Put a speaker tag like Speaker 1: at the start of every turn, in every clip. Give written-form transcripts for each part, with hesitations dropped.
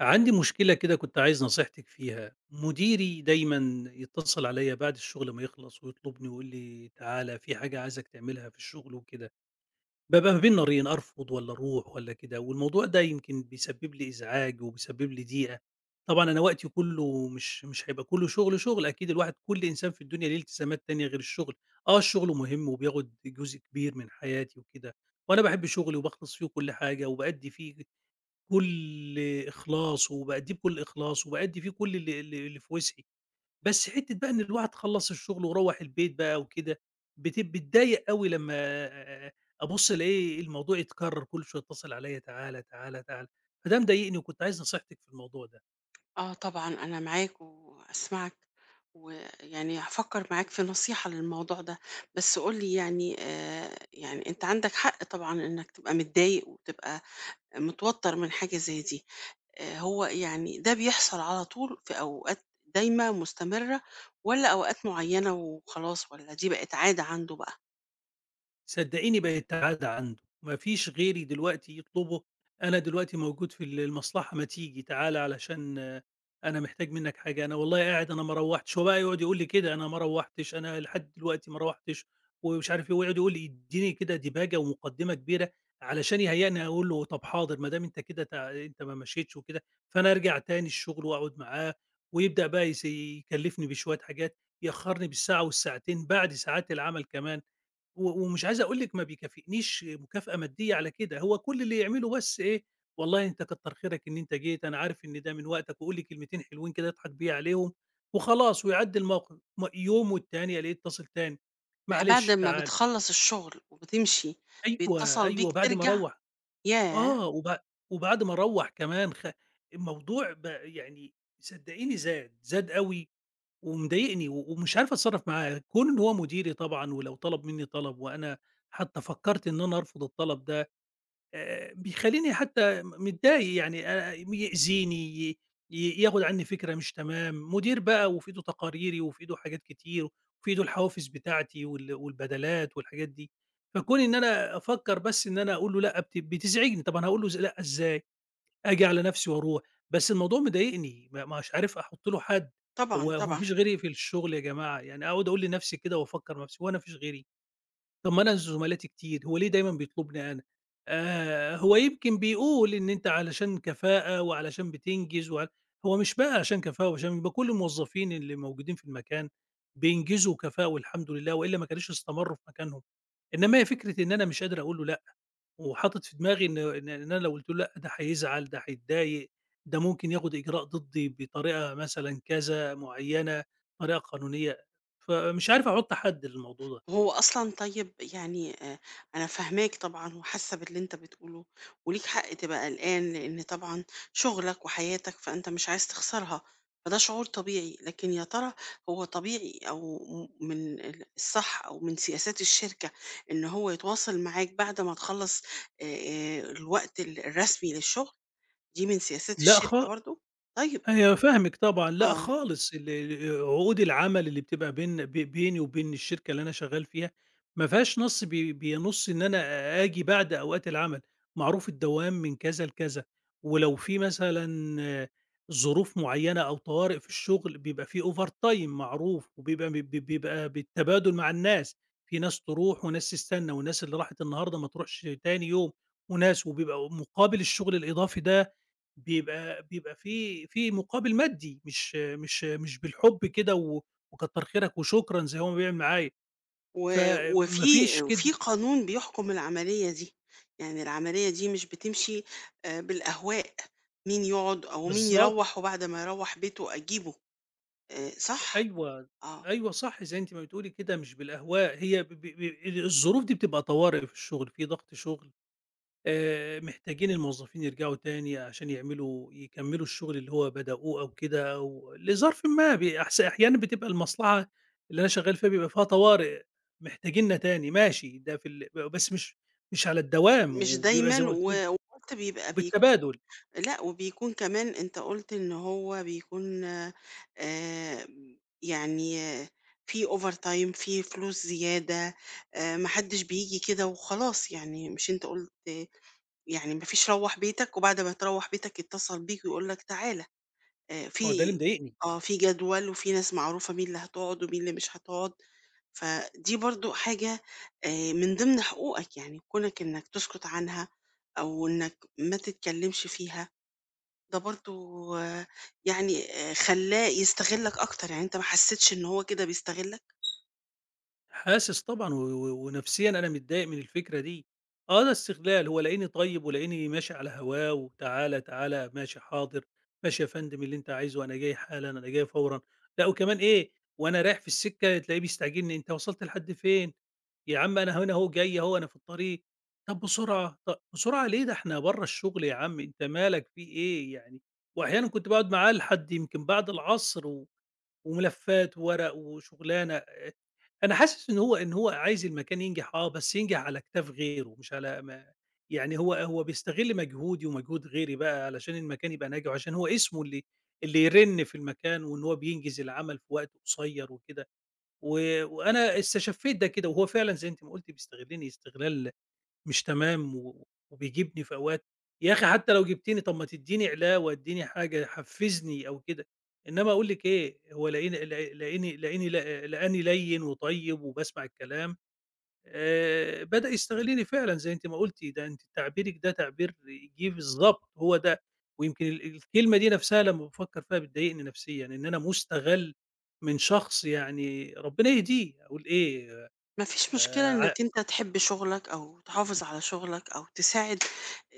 Speaker 1: عندي مشكلة كده كنت عايز نصيحتِك فيها، مديري دايمًا يتصل عليَّ بعد الشغل ما يخلص ويطلبني ويقول لي: "تعالَ في حاجة عايزك تعملها في الشغل وكده." بابقى ما بين نارين أرفض والّا أروح والّا كده، والموضوع ده يمكن بيسبب لي إزعاج وبيسبب لي ضيقة. طبعًا أنا وقتي كله مش هيبقى كله شغل، شغل، أكيد الواحد كل إنسان في الدنيا ليه التزامات تانية غير الشغل. آه، الشغل مهم وبياخد جزء كبير من حياتي وكده، وأنا باحب شغلي وباخلص فيه وكل حاجة وبأدّي فيه بكل إخلاص، وبأدّيه بكل إخلاص، وبأدّي فيه كل اللي في وسعي، بس حتّة بقى إن الواحد خلّص الشغل وروّح البيت بقى وكده، باتضايق أوي لمّا آآ أبُص ألاقي الموضوع يتكرر كل شوية يتصل عليّا تعالَ، تعالَ، تعالَ، فده مضايقني وكنت عايز نصيحتِك في الموضوع ده.
Speaker 2: آه طبعًا أنا معاك وأسمعك، ويعني هافكّر معاك في نصيحة للموضوع ده. بس قُل لي يعني يعني أنت عندك حق طبعًا إنّك تبقى متضايق وتبقى متوتّر من حاجة زي دي. هو يعني ده بيحصل على طول في أوقات دايمة مستمرة والّا أوقات معيّنة وخلاص والّا دي بقت عادة عنده بقى؟
Speaker 1: صدّقيني بقت عادة عنده، ما فيش غيري دلوقتي يطلبه، أنا دلوقتي موجود في المصلحة ما تيجي تعالَ علشان آه، أنا محتاج منّك حاجة، أنا والله قاعد أنا ما روّحتش، هو بقى يقعد يقول لي كده أنا ما روّحتش، أنا لحد دلوقتي ما روّحتش ومش عارف إيه، ويقعد يقول لي يدّيني كده ديباجة ومقدّمة كبيرة علشان يهيّئني أقول له طب حاضر ما دام أنت كده أنت ما مشيتش وكده، فأنا أرجع تاني الشغل وأقعد معاه ويبدأ بقى يكلّفني بشوية حاجات، يأخّرني بالساعة والساعتين بعد ساعات العمل كمان. و ومش عايز أقول لِك ما بيكافئنيش مكافأة مادية على كده، هو كل اللي يعمله بس إيه، والله أنت كتّر خيرك إن أنت جيت، أنا عارف إن ده من وقتك، وقُل لي كلمتين حلوين كده أضحك بيه عليهم وخلاص ويعدّي الموقف، يوم والتاني ألاقيه اتصل تاني،
Speaker 2: يعني بعد
Speaker 1: معلش
Speaker 2: ما
Speaker 1: تعالَ،
Speaker 2: بتخلّص الشغل وبتمشي
Speaker 1: أيوه،
Speaker 2: بيتصل بيك
Speaker 1: أيوه بعد ما
Speaker 2: ترجع؟
Speaker 1: أروّح
Speaker 2: ياه!
Speaker 1: آه، وبعد ما أروّح كمان الموضوع بقى يعني صدقيني زاد، زاد أوي ومضايقني و ومش عارف أتصرّف معاه، كون إن هو مديري طبعًا ولو طلب منّي طلب وأنا حتى فكّرت إن أنا أرفض الطلب ده بيخلّيني حتى متضايق يعني يأذيني ي ي ياخُد عنّي فكرة مش تمام، مدير بقى وفي إيده تقاريري وفي إيده حاجات كتير وفي إيده الحوافز بتاعتي والبدلات والحاجات دي، فكون إن أنا أفكّر بس إن أنا أقول له لأ بتزعجني، طب أنا هاقول له لأ إزاي؟ آجي على نفسي وأروح، بس الموضوع مضايقني ما مش عارف أحُط له حد،
Speaker 2: طبعًا،
Speaker 1: هو ما
Speaker 2: طبعًا.
Speaker 1: فيش غيري في الشغل يا جماعة؟ يعني أقعد أقول لنفسي كده وأفكّر مع نفسي هو أنا ما فيش غيري؟ طَب ما أنا زملاتي كتير، هو ليه دايمًا بيطلبني أنا؟ هو يمكن بيقول إن أنت علشان كفاءة وعلشان بتنجز هو مش بقى عشان كفاءة وعشان يبقى كل الموظفين اللي موجودين في المكان بينجزوا كفاءة والحمد لله، وإلا ما كانوش استمرّوا في مكانهم، إنما هي فكرة إن أنا مش قادر أقول له لأ. وحاطط في دماغي إن أنا لو قُلت له لأ، ده هيزعل، ده هيتضايق، ده ممكن ياخد إجراء ضدّي بطريقة مثلًا كذا معيّنة، طريقة قانونية، فمش عارف أحُط حد للموضوع ده.
Speaker 2: هو أصلًا طيب يعني أنا فاهماك طبعًا وحاسة باللي أنت بتقوله، وليك حق تبقى قلقان لإن طبعًا شغلك وحياتك فأنت مش عايز تخسرها، فده شعور طبيعي. لكن يا ترى هو طبيعي أو من الصح أو من سياسات الشركة إن هو يتواصل معاك بعد ما تخلّص الوقت الرسمي للشغل؟ دي من سياسات
Speaker 1: لأ
Speaker 2: الشركة
Speaker 1: خا
Speaker 2: برضه؟ طيب.
Speaker 1: أيوه فاهمِك طبعًا، لأ
Speaker 2: آه.
Speaker 1: خالص ال عقود العمل اللي بتبقى بيني وبين الشركة اللي أنا شغال فيها، ما فيهاش نص بينُص إن أنا آجي بعد أوقات العمل، معروف الدوام من كذا لكذا، ولو في مثلًا ظروف معيّنة أو طوارئ في الشغل بيبقى في overtime معروف، وبيبقى بي بي بيبقى بالتبادل مع الناس، في ناس تروح وناس تستنى، والناس اللي راحت النهارده ما تروحش تاني يوم، وناس وبيبقى مقابل الشغل الإضافي ده بيبقى في مقابل مادي، مش بالحُب كده و وكتّر خيرك وشكرًا زي هو ما بيعمل معايا،
Speaker 2: و
Speaker 1: فما
Speaker 2: وفي
Speaker 1: فيش كده
Speaker 2: وفي قانون بيحكم العملية دي. يعني العملية دي مش بتمشي بالأهواء، مين يقعد أو مين
Speaker 1: بالضبط،
Speaker 2: يروّح وبعد ما يروّح بيته أجيبه صح؟
Speaker 1: أيوه،
Speaker 2: آه،
Speaker 1: أيوه صح زي أنتِ ما بتقولي كده مش بالأهواء، هي ب ب ب الظروف دي بتبقى طوارئ في الشغل، في ضغط شغل محتاجين الموظفين يرجعوا تاني عشان يعملوا يكمّلوا الشغل اللي هو بدأوه أو كده أو لظرف ما أحس أحيانًا بتبقى المصلحة اللي أنا شغّال فيها بيبقى فيها طوارئ محتاجيننا تاني ماشي، ده في ال ب بس مش مش على الدوام
Speaker 2: مش
Speaker 1: وبيبقى زي
Speaker 2: دايمًا
Speaker 1: ما
Speaker 2: و
Speaker 1: قُلت لِك
Speaker 2: وقُلت بيكون
Speaker 1: بالتبادل،
Speaker 2: لأ. وبيكون كمان، أنت قُلت إن هو بيكون يعني آه، في overtime في فلوس زيادة. ما حدش بييجي كده وخلاص. يعني مش أنت قُلت يعني ما فيش روّح بيتك وبعد ما تروّح بيتك يتصل بيك ويقول لك تعالَ
Speaker 1: ما هو ده اللي
Speaker 2: في
Speaker 1: مضايقني.
Speaker 2: آه، في جدول وفي ناس معروفة مين اللي هتقعد ومين اللي مش هتقعد. فدي برضه حاجة من ضمن حقوقك. يعني كونك إنك تسكت عنها أو إنك ما تتكلمش فيها، ده برضه يعني خلّاه يستغلّك أكتر. يعني أنت ما حسيتش إن هو كده بيستغلّك؟
Speaker 1: حاسس طبعًا و و ونفسيًا أنا متضايق من الفكرة دي، آه ده استغلال، هو لاقيني طيب ولاقيني ماشي على هواه وتعالَ، تعالَ، ماشي حاضر، ماشي يا فندم اللي أنت عايزه أنا جاي حالًا، أنا جاي فورًا، لأ وكمان إيه وأنا رايح في السكة تلاقيه بيستعجلني، أنت وصلت لحد فين؟ يا عم أنا هنا أهو جاي أهو أنا في الطريق، طب بسرعة، طب بسرعة ليه ده إحنا برّه الشغل يا عم أنت مالك في إيه يعني؟ وأحيانًا كنت باقعد معاه لحد يمكن بعد العصر و وملفات وورق وشغلانة أنا حاسس إن هو عايز المكان ينجح آه، بس ينجح على أكتاف غيره مش على ما يعني هو بيستغل مجهودي ومجهود غيري بقى علشان المكان يبقى ناجح، وعشان هو اسمه اللي يرن في المكان وإن هو بينجز العمل في وقت قصير وكده، و وأنا استشفيت ده كده وهو فعلًا زي أنتِ ما قُلتِ بيستغلني استغلال مش تمام و وبيجيبني في أوقات، يا أخي حتى لو جبتيني طَب ما تدّيني علاوة، ادّيني حاجة، حفّزني أو كده، إنّما أقول لِك إيه، هو لاقيني لا لاقيني لاقيني لا لقاني لَيِّن وطيب وباسمع الكلام، بدأ يستغلني فعلًا زي أنتِ ما قُلتِ، ده أنتِ تعبيرِك ده تعبير جِه بالضبط، هو ده، ويمكن الكلمة دي نَفْسها لمّا بافكّر فيها بتضايقني نَفسيًا، إن أنا مُستغَل من شخص يعني ربنا يهديه، أقول إيه،
Speaker 2: ما فيش مشكلة
Speaker 1: ع
Speaker 2: إنك أنت تحب شغلك أو تحافظ على شغلك أو تساعد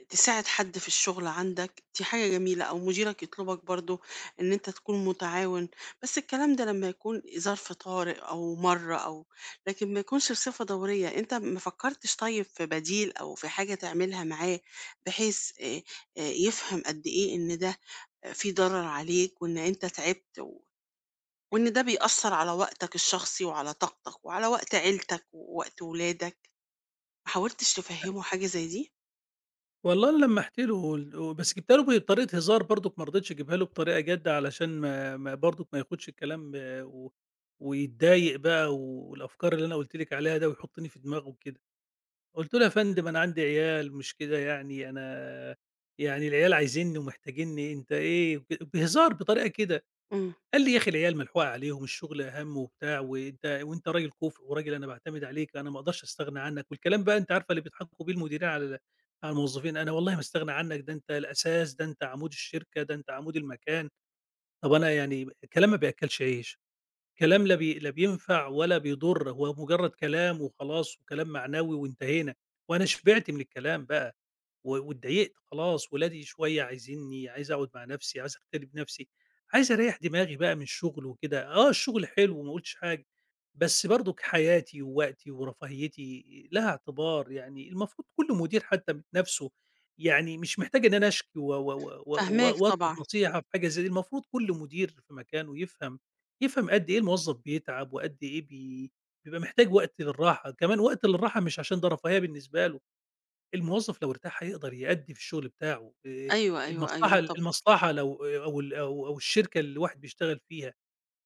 Speaker 2: تساعد حد في الشغل عندك. دي حاجة جميلة، أو مديرك يطلبك برضو إن أنت تكون متعاون، بس الكلام ده لما يكون ظرف طارئ أو مرة، أو لكن ما يكونش بصفة دورية. أنت ما فكرتش طيب في بديل أو في حاجة تعملها معاه بحيث يفهم قد إيه إن ده في ضرر عليك وإن أنت تعبت وإن ده بيأثّر على وقتك الشخصي وعلى طاقتك وعلى وقت عيلتك ووقت ولادك؟ ما حاولتش تفهّمه حاجة زي دي؟
Speaker 1: والله أنا لمّحت له وبس جِبتها له بطريقة هزار برضُك ما رضيتش أجيبها له بطريقة جَد علشان ما ما برضُك ما ياخُدش الكلام آه، و ويتضايق بقى والأفكار اللي أنا قُلت لِك عليها ده ويحُطّني في دماغه وكده. قُلت له: "يا فندم أنا عندي عيال مش كده يعني أنا يعني العيال عايزينّي ومحتاجينّي، أنت إيه؟" بهزار بطريقة كده.
Speaker 2: إمم.
Speaker 1: قال لي: "يا أخي العيال ملحوقة عليهم، الشغل أهم وبتاع، وأنت وأنت راجل كُفء وراجل أنا باعتمد عليك، أنا ما أقدرش أستغنى عنك." والكلام بقى أنتِ عارفة اللي بيضحكوا بيه المديرين على على الموظفين، "أنا والله ما أستغنى عنك، ده أنت الأساس، ده أنت عمود الشركة، ده أنت عمود المكان." طب أنا يعني كلام ما بيأكّلش عيش، كلام لا بينفع ولا بيضُر، هو مجرد كلام وخلاص وكلام معنوي وانتهينا، وأنا شبعت من الكلام بقى. و واتضايقت خلاص، ولادي شوية عايزينّي، عايز أقعد مع نَفْسي، عايز أغتني بنَفْسي، عايز أريّح دماغي بقى من الشغل وكده. آه، الشغل حلو ما قُلتش حاجة، بس برضُك حياتي ووقتي ورفاهيتي لها اعتبار، يعني المفروض كل مدير حتّى من نَفْسه يعني مش محتاج إن أنا أشكي و و و و
Speaker 2: فاهماك
Speaker 1: و وأطلب
Speaker 2: طبعًا.
Speaker 1: نصيحة في حاجة زي دي، المفروض كل مدير في مكانه يفهم يفهم قد إيه الموظف بيتعب وقد إيه بيبقى محتاج وقت للراحة، كمان وقت للراحة مش عشان ده رفاهية بالنسبة له، الموظف لو ارتاح هيقدر يأدّي في الشغل بتاعه،
Speaker 2: أيوه، أيوه، أيوه،
Speaker 1: المصلحة
Speaker 2: أيوه طبعًا.
Speaker 1: المصلحة لو أو ال أو أو الشركة اللي الواحد بيشتغل فيها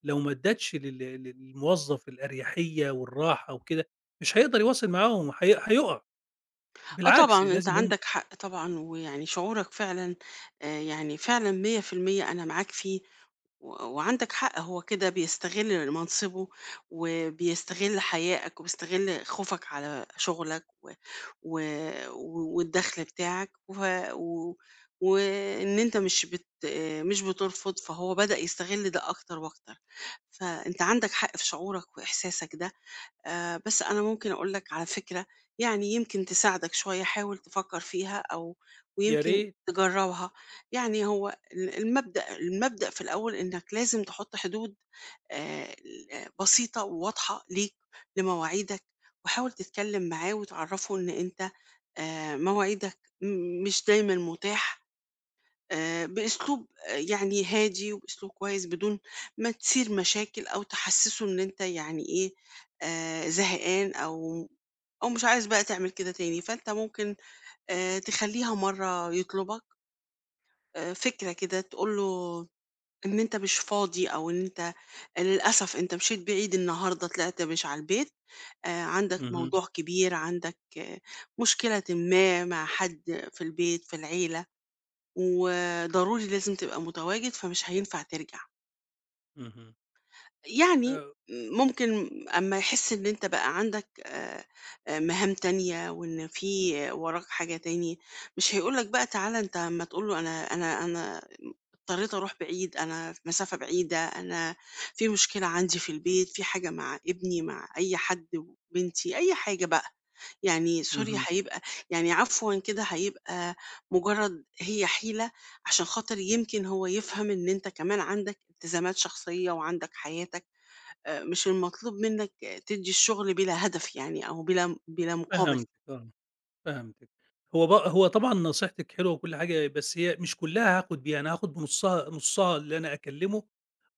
Speaker 1: لو ما ادّتش للموظف الأريحية والراحة وكده، مش هيقدر يواصل معاهم هيُقع،
Speaker 2: آه طبعًا
Speaker 1: بالعكس
Speaker 2: أنت
Speaker 1: لازم هم
Speaker 2: عندك حق طبعًا، ويعني شعورك فعلًا يعني فعلًا 100% أنا معاك فيه. و- وعندك حق، هو كده بيستغل منصبه وبيستغل حيائك وبيستغل خوفك على شغلك و... و... و- والدخل بتاعك وان انت مش بت... مش بترفض، فهو بدأ يستغل ده اكتر واكتر. فانت عندك حق في شعورك واحساسك ده. آه، بس أنا ممكن أقول لك على فكرة، يعني يمكن تساعدك شوية، حاول تفكر فيها أو
Speaker 1: يا
Speaker 2: ويمكن
Speaker 1: ريت.
Speaker 2: تجربها. يعني هو المبدأ في الأول إنك لازم تحط حدود آه، بسيطة وواضحة ليك لمواعيدك. وحاول تتكلم معاه وتعرفه إن أنت مواعيدك مش دايما متاح، بأسلوب يعني هادي وبأسلوب كويس، بدون ما تثير مشاكل أو تحسّسه إن أنت يعني إيه، زهقان أو مش عايز بقى تعمل كده تاني. فأنت ممكن تخلّيها مرّة يطلبك فكرة كده، تقول له إن أنت مش فاضي، أو إن أنت للأسف أنت مشيت بعيد النهارده، طلعت مش على البيت. عندك
Speaker 1: اهم،
Speaker 2: موضوع كبير، عندك مشكلةٍ ما مع حد في البيت، في العيلة، وضروري لازم تبقى متواجد فمش هينفع ترجع.
Speaker 1: اهم،
Speaker 2: يعني
Speaker 1: آآ
Speaker 2: ممكن أما يحس إن أنت بقى عندك مهام تانية وإن في وراك حاجة تاني، مش هيقولك بقى تعالى. أنت أما تقوله أنا اضطريت أروح بعيد، أنا في مسافة بعيدة، أنا في مشكلة عندي في البيت، في حاجة مع ابني، مع أي حد، بنتي، أي حاجة بقى. يعني سوري
Speaker 1: اهم،
Speaker 2: هيبقى، يعني عفوا، كده هيبقى مجرد هي حيلة عشان خاطر يمكن هو يفهم إن أنت كمان عندك التزامات شخصية وعندك حياتك. مش المطلوب منك تدّي الشغل بلا هدف يعني، أو بلا مقابل.
Speaker 1: فهمتِك آه، فهمتِك. هو طبعًا نصيحتِك حلوة وكل حاجة، بس هي مش كلّها هاخُد بيها، أنا هاخُد نُصّها اللي أنا أكلّمه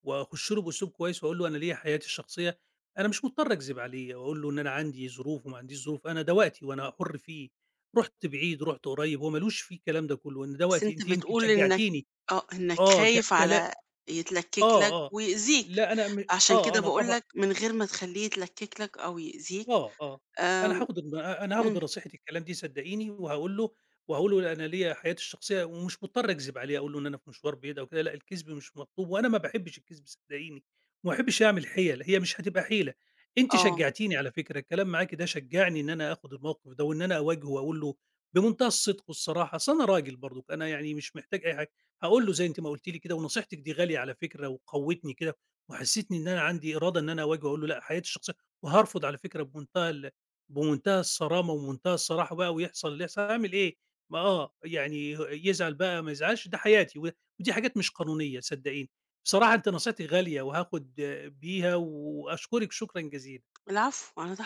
Speaker 1: واخش له باسلوب كويس واقول له انا ليا حياتي الشخصيه انا مش مضطر اكذب عليه واقول له ان انا عندي ظروف وما عنديش ظروف انا ده وقتي وانا حر فيه رحت بعيد رحت قريب هو ملوش في الكلام ده كله ان ده
Speaker 2: بس
Speaker 1: وقتي
Speaker 2: أنت
Speaker 1: انت يمكن
Speaker 2: بتقول إنك
Speaker 1: شجعتيني
Speaker 2: إنك خايف
Speaker 1: كلا
Speaker 2: على يتلكّك لك
Speaker 1: اه اه
Speaker 2: ويأذيك،
Speaker 1: لا انا م... اه
Speaker 2: عشان
Speaker 1: آه،
Speaker 2: كده
Speaker 1: انا
Speaker 2: باقول
Speaker 1: طبعا
Speaker 2: لك من غير ما تخلّيه يتلكّك لك أو يأذيك.
Speaker 1: آه، آه،
Speaker 2: آمم.
Speaker 1: أنا هاخد
Speaker 2: إمم.
Speaker 1: بنصيحة الكلام دي صدقيني، وهاقول له أنا ليّا حياتي الشخصية ومش مضطر أكذب عليه، أقول له إن أنا في مشوار بعيد أو كده، لأ الكذب مش مطلوب، وأنا ما باحبش الكذب صدقيني، وما باحبش أعمل حِيَل، هي مش هتبقى حيلة. أنتِ
Speaker 2: آه.
Speaker 1: شجعتيني على فكرة، الكلام معاكِ ده شجعني إن أنا آخد الموقف ده، وإن أنا أواجهه وأقول له بمنتهى الصدق والصراحة، أصل أنا راجل برضُك، أنا يعني مش محتاج أي حاجة، هاقول له زي أنتِ ما قلتِ لي كده، ونصيحتك دي غالية على فكرة وقوّتني كده، وحسّستني إن أنا عندي إرادة إن أنا أواجهه، وأقول له لأ حياتي الشخصية وهارفض على فكرة بمنتهى الصرامة ومنتهى الصراحة بقى ويحصل اللي يحصل، هاعمل إيه؟ ما آه، يعني يزعل بقى ما يزعلش ده حياتي و ودي حاجات مش قانونية صدقيني. بصراحة أنتِ نصيحتِك غالية وهاخد بيها وأشكرِك شكرًا جزيلًا.
Speaker 2: العفو، أنا